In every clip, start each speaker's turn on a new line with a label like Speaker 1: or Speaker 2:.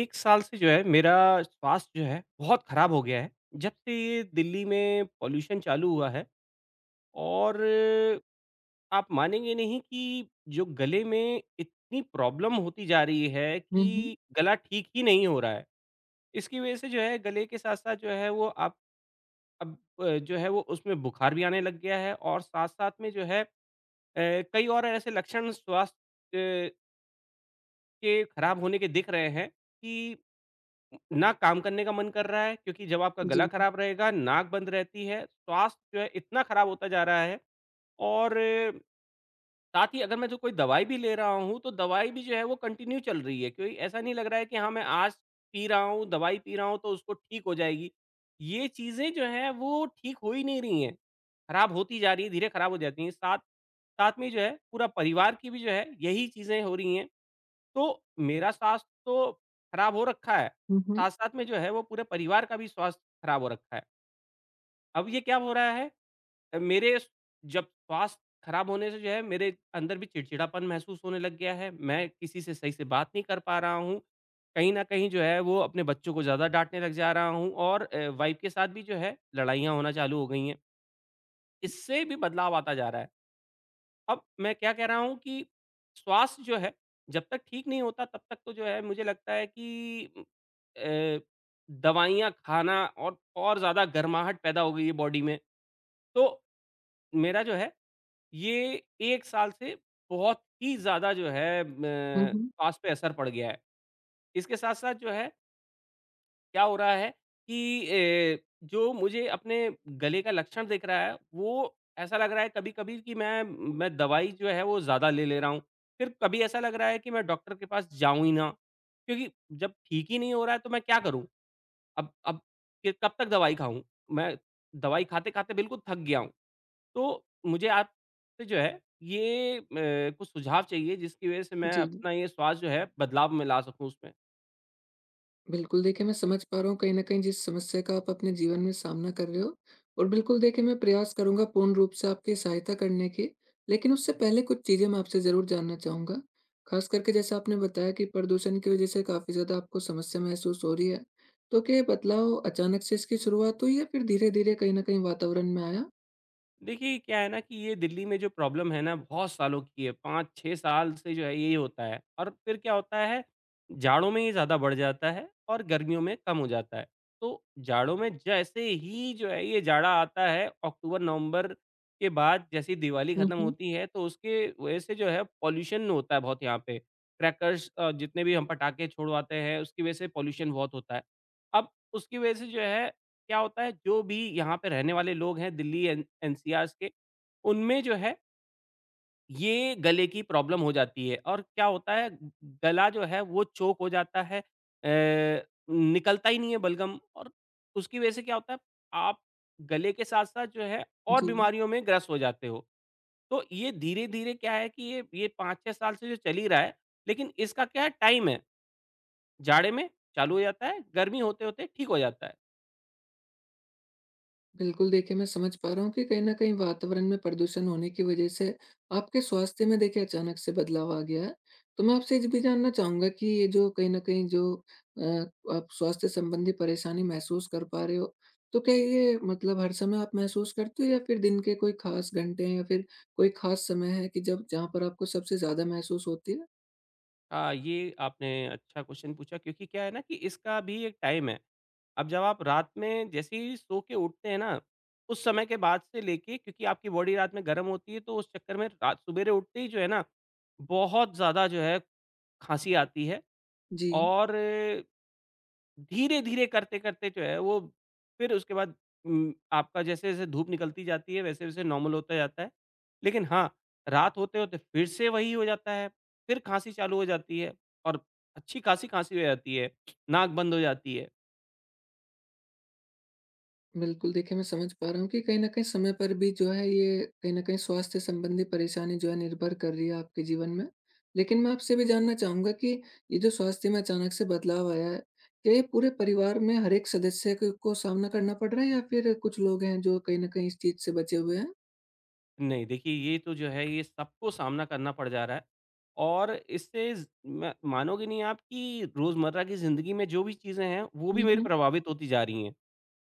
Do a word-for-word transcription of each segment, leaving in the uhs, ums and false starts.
Speaker 1: एक साल से जो है मेरा स्वास्थ्य जो है बहुत ख़राब हो गया है। जब से ये दिल्ली में पॉल्यूशन चालू हुआ है और आप मानेंगे नहीं कि जो गले में इतनी प्रॉब्लम होती जा रही है
Speaker 2: हुँ, हुँ।
Speaker 1: कि गला ठीक ही नहीं हो रहा है। इसकी वज़ह से जो है गले के साथ-साथ जो है वो आप अब अ, जो है वो उसमें बुखार भी आने लग गया है और साथ-साथ में जो है अ, कई और ऐसे लक्षण स्वास्थ्य अ, के ख़राब होने के दिख रहे हैं कि ना काम करने का मन कर रहा है, क्योंकि जब आपका गला
Speaker 2: जी।
Speaker 1: खराब रहेगा, नाक बंद रहती है, स्वास्थ्य जो है इतना खराब होता जा रहा है और अ, साथ ही, अगर मैं जो कोई दवाई भी ले रहा हूँ, तो दवाई भी जो है वो कंटिन्यू चल रही है। कोई ऐसा नहीं लग रहा है कि हाँ, मैं आज पी रहा हूँ, दवाई पी रहा हूँ तो उसको ठीक हो जाएगी। ये चीज़ें जो हैं वो ठीक हो ही नहीं रही हैं, खराब होती जा रही है, धीरे खराब हो जाती हैं। साथ साथ में जो है पूरा परिवार की भी जो है यही चीज़ें हो रही हैं। तो मेरा स्वास्थ्य तो खराब हो रखा है,
Speaker 2: हुँ, हुँ।
Speaker 1: साथ-साथ में जो है वो पूरे परिवार का भी स्वास्थ्य खराब हो रखा है। अब ये क्या हो रहा है, अ, मेरे स जब स्वास्थ्य खराब होने से जो है मेरे अंदर भी चिड़चिड़ापन महसूस होने लग गया है, मैं किसी से सही से बात नहीं कर पा रहा हूँ। कहीं न कहीं जो है वो अपने बच्चों को ज़्यादा डाँटने लग जा रहा हूँ और अ, वाइफ़ के साथ भी जो है लड़ाइयाँ होना चालू हो गई हैं। इससे भी बदलाव आता जा रहा है। अब मैं क्या कह रहा हूँ कि स्वास्थ्य जो है, जब तक ठीक नहीं होता तब तक तो जो है मुझे लगता है कि उम, अ, दवाइयाँ खाना और और ज़्यादा गर्माहट पैदा हो गई है बॉडी में। तो मेरा जो है ये एक साल से बहुत ही ज़्यादा जो है
Speaker 2: हुँ,
Speaker 1: म
Speaker 2: हुँ।
Speaker 1: स्वास्थ्य पे असर पड़ गया है। इसके साथ-साथ जो है क्या हो रहा है कि ए, जो मुझे अपने गले का लक्षण दिख रहा है, वो ऐसा लग रहा है कभी-कभी कि मैं मैं दवाई जो है वो ज़्यादा ले ले रहा हूँ। फिर कभी ऐसा लग रहा है कि मैं डॉक्टर के पास जाऊँ ही ना, क्योंकि जब ठीक ही नहीं हो रहा है तो मैं क्या करूँ? अब अब ये कब तक दवाई खाऊँ? मैं दवाई खाते-खाते बिल्कुल थक गया हूँ। तो मुझे आपसे जो है ये अ, कुछ सुझाव चाहिए जिसकी वज़ह से मैं
Speaker 2: जी।
Speaker 1: अपना ये स्वास्थ्य जो है बदलाव में ला सकूँ उसमें।
Speaker 2: बिल्कुल देखिए, मैं समझ पा रहा हूँ कहीं न कहीं जिस समस्या का आप अपने जीवन में सामना कर रहे हो, और बिल्कुल देखिए मैं प्रयास करूँगा पूर्ण रूप से आपकी सहायता करने की। लेकिन उससे पहले कुछ चीज़ें मैं आपसे ज़रूर जानना चाहूँगा। ख़ास करके जैसा आपने बताया कि प्रदूषण की वज़ह से काफ़ी ज़्यादा आपको समस्या महसूस हो रही है। तो क्या ये बदलाव अचानक से इसकी शुरुआत हुई या फिर धीरे-धीरे कहीं न कहीं वातावरण में आया?
Speaker 1: देखिए, क्या है ना कि ये दिल्ली में जो प्रॉब्लम है ना, बहुत सालों की है, पाँच छह साल से जो है यही होता है और फिर क्या होता है, जाड़ों में ये ज़्यादा बढ़ जाता है और गर्मियों में कम हो जाता है। तो जाड़ों में जैसे ही जो है ये जाड़ा आता है, अक्टूबर-नवंबर के बाद जैसे ही दिवाली
Speaker 2: हुँ,
Speaker 1: खत्म
Speaker 2: हुँ।
Speaker 1: होती है, तो उसके वजह से जो है पॉल्यूशन होता है बहुत यहाँ पे। क्रैकर्स, अ, जितने भी हम पटाखे छुड़वाते हैं, उसकी वजह से पॉल्यूशन बहुत होता है। अब उसकी वजह से जो है क्या होता है, जो भी यहाँ पे रहने वाले लोग हैं दिल्ली एन एनसीआर्स के, उनमें जो है ये गले की प्रॉब्लम हो जाती है और क्या होता है, गला जो है वो चोक हो जाता है, अ, निकलता ही नहीं है बलगम और उसकी वज़ह से क्या होता है, आप गले के साथ-साथ जो है और
Speaker 2: जी।
Speaker 1: बीमारियों में ग्रस्त हो जाते हो। तो ये धीरे-धीरे क्या है कि ये ये पाँच छह साल से जो चल ही रहा है, लेकिन इसका क्या है टाइम है, जाड़े में चालू हो जाता है, गर्मी होते-होते ठीक हो जाता है।
Speaker 2: बिल्कुल, देखिए मैं समझ पा रहा हूँ कि कहीं न कहीं वातावरण में प्रदूषण होने की वजह से आपके स्वास्थ्य में देखिए अचानक से बदलाव आ गया है। तो मैं आपसे ये भी जानना चाहूँगा कि ये जो कहीं न कहीं जो अ, आप स्वास्थ्य संबंधी परेशानी महसूस कर पा रहे हो, तो क्या ये मतलब हर समय आप महसूस करते हो या फिर दिन के कोई ख़ास घंटे हैं या फिर कोई ख़ास समय है कि जब जहाँ पर आपको सबसे ज़्यादा महसूस होती है?
Speaker 1: हाँ, ये आपने अच्छा क्वेश्चन पूछा क्योंकि क्या है ना कि इसका भी एक टाइम है। अब जब आप रात में जैसे ही सो के उठते हैं ना, उस समय के बाद से लेके, क्योंकि आपकी बॉडी रात में गर्म होती है तो उस चक्कर में रात सुबेरे उठते ही जो है ना, बहुत ज़्यादा जो है खाँसी आती है
Speaker 2: जी।
Speaker 1: और धीरे-धीरे करते-करते जो है वो, फिर उसके बाद उम, आपका जैसे-जैसे धूप निकलती जाती है वैसे-वैसे नॉर्मल होता जाता है। लेकिन हाँ, रात होते-होते फिर से वही हो जाता है, फिर खाँसी चालू हो जाती है और अच्छी खासी खाँसी हो जाती है, नाक बंद हो जाती है।
Speaker 2: बिल्कुल, देखिए मैं समझ पा रहा हूँ कि कहीं न कहीं समय पर भी जो है ये कहीं न कहीं स्वास्थ्य संबंधी परेशानी जो है निर्भर कर रही है आपके जीवन में। लेकिन मैं आपसे भी जानना चाहूँगा कि ये जो स्वास्थ्य में अचानक से बदलाव आया है, क्या ये पूरे परिवार में हर एक सदस्य क को सामना करना पड़ रहा है या फिर कुछ लोग हैं जो कहीं न कहीं इस चीज़ से बचे हुए हैं?
Speaker 1: नहीं, देखिए, ये तो जो है ये सबको सामना करना पड़ जा रहा है और इससे ज़ म मानोगे नहीं आप कि रोज़मर्रा की ज़िंदगी में जो भी चीज़ें हैं वो भी
Speaker 2: हुँ,
Speaker 1: मेरी
Speaker 2: हुँ।
Speaker 1: प्रभावित होती जा रही हैं।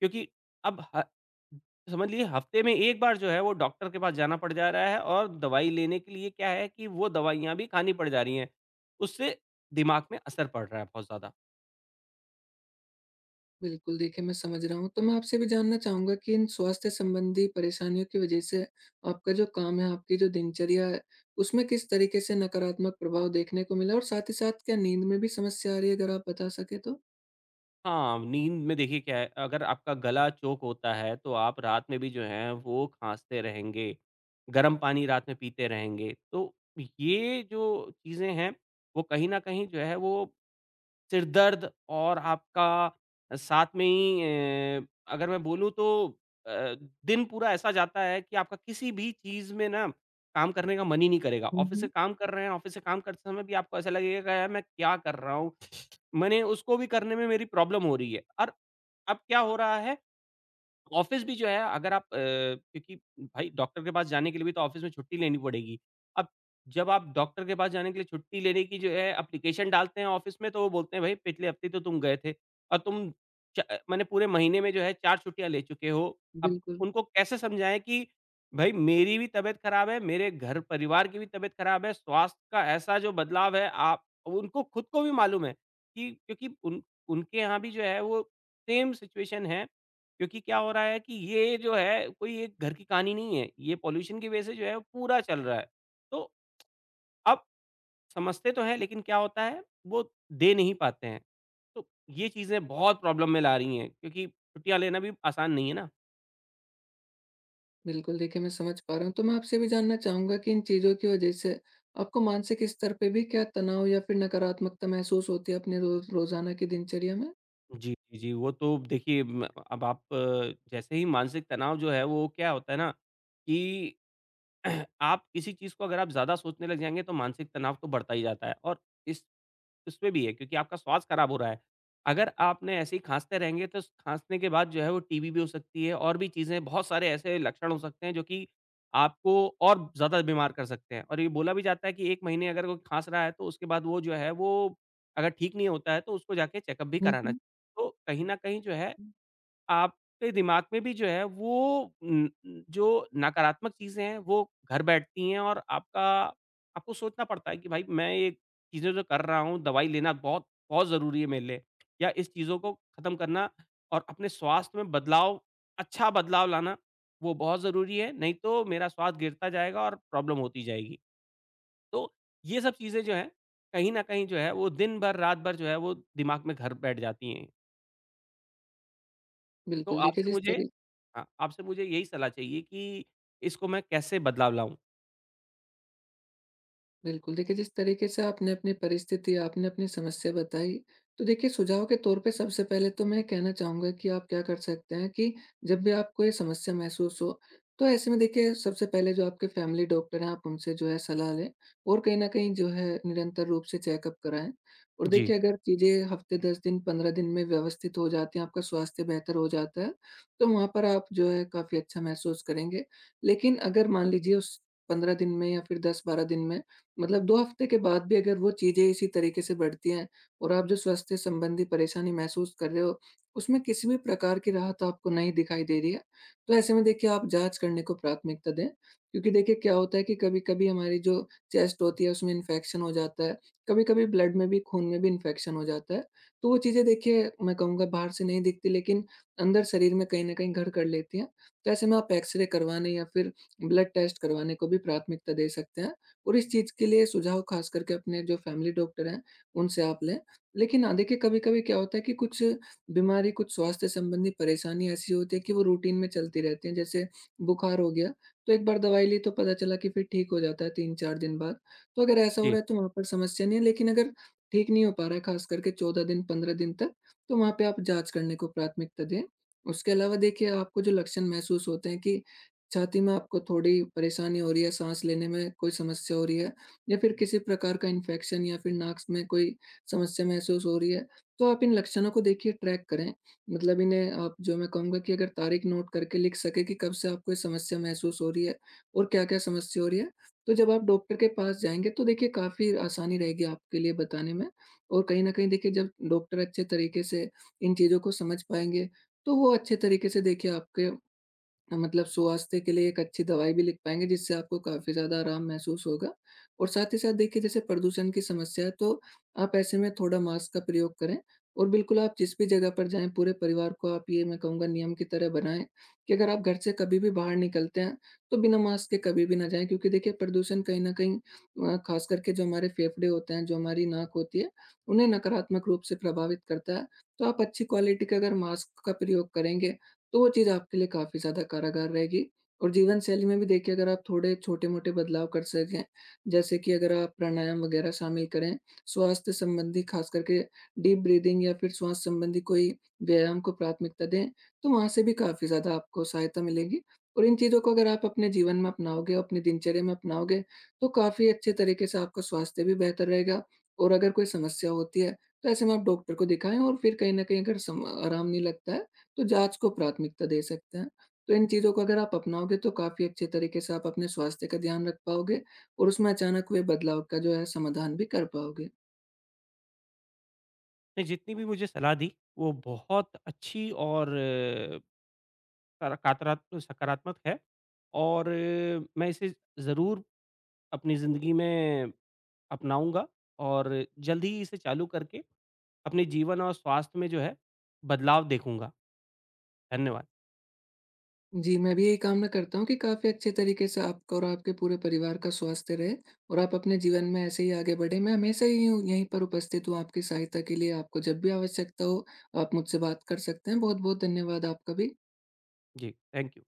Speaker 1: क्योंकि अब ह समझ लीजिए हफ्ते में एक बार जो है वो डॉक्टर के पास जाना पड़ जा रहा है और दवाई लेने के लिए क्या है कि वो दवाइयाँ भी खानी पड़ जा रही हैं। उससे दिमाग में असर पड़ रहा है बहुत ज़्यादा।
Speaker 2: बिल्कुल, देखिए मैं समझ रहा हूँ। तो मैं आपसे भी जानना चाहूँगा कि इन स्वास्थ्य संबंधी परेशानियों की वजह से आपका जो काम है, आपकी जो दिनचर्या है, उसमें किस तरीके से नकारात्मक प्रभाव देखने को मिला? और साथ ही साथ क्या नींद में भी समस्या आ रही है? अगर आप बता सकें तो?
Speaker 1: हाँ, नींद में देखिए क्या है, अगर आपका गला चोक होता है तो आप रात में भी जो है वो खाँसते रहेंगे, गर्म पानी रात में पीते रहेंगे। तो ये जो चीज़ें हैं, वो कहीं न कहीं जो है वो सिरदर्द और आपका साथ में ही अ, अगर मैं बोलूँ तो अ, दिन पूरा ऐसा जाता है कि आपका किसी भी चीज़ में ना काम करने का मन ही नहीं करेगा।
Speaker 2: हुँ,
Speaker 1: ऑफ़िस
Speaker 2: हुँ।
Speaker 1: से काम कर रहे हैं, ऑफ़िस से काम करते समय भी आपको ऐसा लगेगा कि यार मैं क्या कर रहा हूँ? मैंने उसको भी करने में मेरी प्रॉब्लम हो रही है और अब क्या हो रहा है, ऑफ़िस भी जो है अगर आप, अ, क्योंकि भाई डॉक्टर के पास जाने के लिए भी तो ऑफ़िस में छुट्टी लेनी पड़ेगी। अब जब आप डॉक्टर के पास जाने के लिए छुट्टी लेने की जो है एप्लीकेशन डालते हैं ऑफ़िस में तो वो बोलते हैं, भई पिछले हफ़्ते तो तुम गए थे और तुम च माने पूरे महीने में जो है चार छुट्टियाँ ले चुके हो। अब
Speaker 2: बिल्कुल,
Speaker 1: उनको कैसे समझाएँ कि भई मेरी भी तबीयत ख़राब है, मेरे घर परिवार की भी तबीयत ख़राब है, स्वास्थ्य का ऐसा जो बदलाव है आप उनको खुद को भी मालूम है, कि क्योंकि उन उनके यहाँ भी जो है वो सेम सिचुएशन है। क्योंकि क्या हो रहा है कि ये जो है कोई एक घर की कहानी नहीं है। ये पॉल्यूशन की वज़ह से जो है वो पूरा चल रहा है। तो अब समझते तो हैं लेकिन क्या होता है, वो दे नहीं पाते हैं। तो ये चीज़ें बहुत प्रॉब्लम में ला रही हैं क्योंकि छुट्टियाँ लेना भी आसान नहीं है ना।
Speaker 2: बिल्कुल। देखिए मैं समझ पा रहा हूँ। तो मैं आपसे भी जानना चाहूँगा कि इन चीज़ों की वजह से आपको मानसिक स्तर पे भी क्या तनाव या फिर नकारात्मकता महसूस होती है अपने रोज़ रोज़ाना की दिनचर्या में?
Speaker 1: जी, जी, जी। वो तो देखिए, म अब आप, अ, जैसे ही मानसिक तनाव जो है वो क्या होता है ना, कि आप किसी चीज़ को अगर आप ज़्यादा सोचने लग जाएँगे तो मानसिक तनाव तो बढ़ता ही जाता है और इस उसमें भी है क्योंकि आपका स्वास्थ्य खराब हो रहा है। अगर आपने ऐसे ही खाँसते रहेंगे तो स खाँसने के बाद जो है वो टीबी भी हो सकती है और भी चीज़ें, बहुत सारे ऐसे लक्षण हो सकते हैं जो कि आपको और ज़्यादा बीमार कर सकते हैं। और ये बोला भी जाता है कि एक महीने अगर कोई खाँस रहा है तो उसके बाद वो जो है वो अगर ठीक नहीं होता है तो उसको जाके चेकअप भी
Speaker 2: हुँ,
Speaker 1: कराना।
Speaker 2: हुँ।
Speaker 1: चाहिए। तो कहीं न कहीं जो है
Speaker 2: हुँ।
Speaker 1: आपके दिमाग में भी जो है वो न न जो नकारात्मक चीज़ें हैं वो घर बैठती हैं और आपका आपको सोचना पड़ता है कि भाई मैं ये चीज़ें जो कर रहा हूँ, दवाई लेना बहुत बहुत ज़रूरी है मेरे लिए, या इस चीज़ों को ख़त्म करना और अपने स्वास्थ्य में बदलाव, अच्छा बदलाव लाना वो बहुत ज़रूरी है, नहीं तो मेरा स्वास्थ्य गिरता जाएगा और प्रॉब्लम होती जाएगी। तो ये सब चीज़ें जो हैं, कहीं न कहीं जो है वो दिन भर, रात भर जो है वो दिमाग में घर बैठ जाती हैं। तो
Speaker 2: बिल्कुल, देखिए
Speaker 1: आपसे
Speaker 2: जिस
Speaker 1: मुझे
Speaker 2: तरी
Speaker 1: हाँ, आपसे मुझे यही सलाह चाहिए कि इसको मैं कैसे बदलाव लाऊँ?
Speaker 2: बिल्कुल, देखिए जिस तरीके से आपने अपनी परिस्थिति, आपने अपनी समस्या बताई, तो देखिए सुझाव के तौर पे सबसे पहले तो मैं कहना चाहूँगा कि आप क्या कर सकते हैं कि जब भी आपको ये समस्या महसूस हो, तो ऐसे में देखिए सबसे पहले जो आपके फैमिली डॉक्टर हैं, आप उनसे जो है सलाह लें और कहीं न कहीं जो है निरंतर रूप से चेकअप कराएँ। और
Speaker 1: जी,
Speaker 2: देखिए अगर चीज़ें हफ़्ते दस दिन, पंद्रह दिन में व्यवस्थित हो जाती हैं, आपका स्वास्थ्य बेहतर हो जाता है, तो वहाँ पर आप जो है काफ़ी अच्छा महसूस करेंगे। लेकिन अगर मान लीजिए उस पंद्रह दिन में या फिर दस से बारह दिन में, मतलब दो हफ्ते के बाद भी अगर वो चीज़ें इसी तरीके से बढ़ती हैं और आप जो स्वास्थ्य संबंधी परेशानी महसूस कर रहे हो, उसमें किसी भी प्रकार की राहत आपको नहीं दिखाई दे रही है, तो ऐसे में देखिए आप जाँच करने को प्राथमिकता दें। क्योंकि देखिए क्या होता है कि कभी-कभी हमारी जो चेस्ट होती है उसमें इन्फेक्शन हो जाता है, कभी-कभी ब्लड में भी, खून में भी इन्फेक्शन हो जाता है। तो वो चीज़ें देखिए मैं कहूँगा बाहर से नहीं दिखती, लेकिन अंदर शरीर में कहीं न कहीं घर कर लेती हैं। तो ऐसे में आप एक्स-रे करवाने या फिर ब्लड टेस्ट करवाने को भी प्राथमिकता दे सकते हैं। और इस चीज़ के लिए सुझाव ख़ास करके अपने जो फैमिली डॉक्टर हैं, उनसे आप लें। लेकिन हाँ, देखिए कभी-कभी क्या होता है कि कुछ बीमारी, कुछ स्वास्थ्य संबंधी परेशानी ऐसी होती है कि वो रूटीन में चलती रहती हैं। जैसे बुखार हो गया, तो एक बार दवाई ली तो पता चला कि फिर ठीक हो जाता है तीन चार दिन बाद। तो अगर ऐसा हो
Speaker 1: जी।
Speaker 2: रहा है तो वहाँ पर समस्या नहीं है, लेकिन अगर ठीक नहीं हो पा रहा है ख़ास करके चौदह दिन, पंद्रह दिन तक, तो वहाँ पे आप जाँच करने को प्राथमिकता दें। उसके अलावा देखिए आपको जो लक्षण महसूस होते हैं कि छाती में आपको थोड़ी परेशानी हो रही है, साँस लेने में कोई समस्या हो रही है या फिर किसी प्रकार का इन्फेक्शन या फिर नाक में कोई समस्या महसूस हो रही है, तो आप इन लक्षणों को देखिए ट्रैक करें। मतलब इन्हें आप जो मैं कहूँगा कि अगर तारीख नोट करके लिख सकें कि कब से आपको ये समस्या महसूस हो रही है और क्या-क्या समस्या हो रही है। तो जब आप डॉक्टर के पास जाएँगे तो देखिए काफ़ी आसानी रहेगी आपके लिए बताने में, और कहीं न कहीं देखिए जब डॉक्टर अच्छे तरीके से इन चीज़ों को समझ पाएँगे, तो वो अच्छे तरीके से देखिए आपके मतलब स्वास्थ्य के लिए एक अच्छी दवाई भी लिख पाएँगे, जिससे आपको काफ़ी ज़्यादा आराम महसूस होगा। और साथ ही साथ देखिए जैसे प्रदूषण की समस्या है, तो आप ऐसे में थोड़ा मास्क का प्रयोग करें और बिल्कुल आप जिस भी जगह पर जाएँ, पूरे परिवार को आप ये मैं कहूँगा नियम की तरह बनाएँ कि अगर आप घर से कभी भी बाहर निकलते हैं, तो बिना मास्क के कभी भी ना जाएँ, क्योंकि देखिए प्रदूषण कहीं न कहीं, अ, ख़ास करके जो हमारे फेफड़े होते हैं, जो हमारी नाक होती है, उन्हें नकारात्मक रूप से प्रभावित करता है। तो आप अच्छी क्वालिटी का अगर मास्क का प्रयोग करेंगे, तो वो चीज़ आपके लिए काफ़ी ज़्यादा कारागार रहेगी। और जीवनशैली में भी देखिए अगर आप थोड़े छोटे-मोटे बदलाव कर सकें, जैसे कि अगर आप प्राणायाम वगैरह शामिल करें, स्वास्थ्य संबंधी ख़ास करके डीप ब्रीदिंग या फिर श्वास संबंधी कोई व्यायाम को प्राथमिकता दें, तो वहाँ से भी काफ़ी ज़्यादा आपको सहायता मिलेगी। और इन चीज़ों को अगर आप अपने जीवन में अपनाओगे, अपनी दिनचर्या में अपनाओगे, तो काफ़ी अच्छे तरीके से आपका स्वास्थ्य भी बेहतर रहेगा। और अगर कोई समस्या होती है, तो ऐसे में आप डॉक्टर को दिखाएँ और फिर कहीं न कहीं अगर सम आराम नहीं लगता है, तो जाँच को प्राथमिकता दे सकते हैं। तो इन चीज़ों को अगर आप अपनाओगे, तो काफ़ी अच्छे तरीके से आप अपने स्वास्थ्य का ध्यान रख पाओगे और उसमें अचानक हुए बदलाव का जो है समाधान भी कर पाओगे।
Speaker 1: ने जितनी भी मुझे सलाह दी, वो बहुत अच्छी और कारा कातरात सकारात्मक है और अ, मैं इसे ज़रूर अपनी ज़िंदगी में अपनाऊँगा और जल्द ही इसे चालू करके अपने जीवन और स्वास्थ्य में जो है, बदलाव देखूँगा। धन्यवाद।
Speaker 2: जी, मैं भी यही कामना करता हूँ कि काफ़ी अच्छे तरीके से आपका और आपके पूरे परिवार का स्वास्थ्य रहे और आप अपने जीवन में ऐसे ही आगे बढ़ें। मैं हमेशा यही हूँ, यहीं पर उपस्थित हूँ आपकी सहायता के लिए। आपको जब भी आवश्यकता हो, आप मुझसे बात कर सकते हैं। बहुत-बहुत धन्यवाद आपका भी।
Speaker 1: जी, थैंक यू।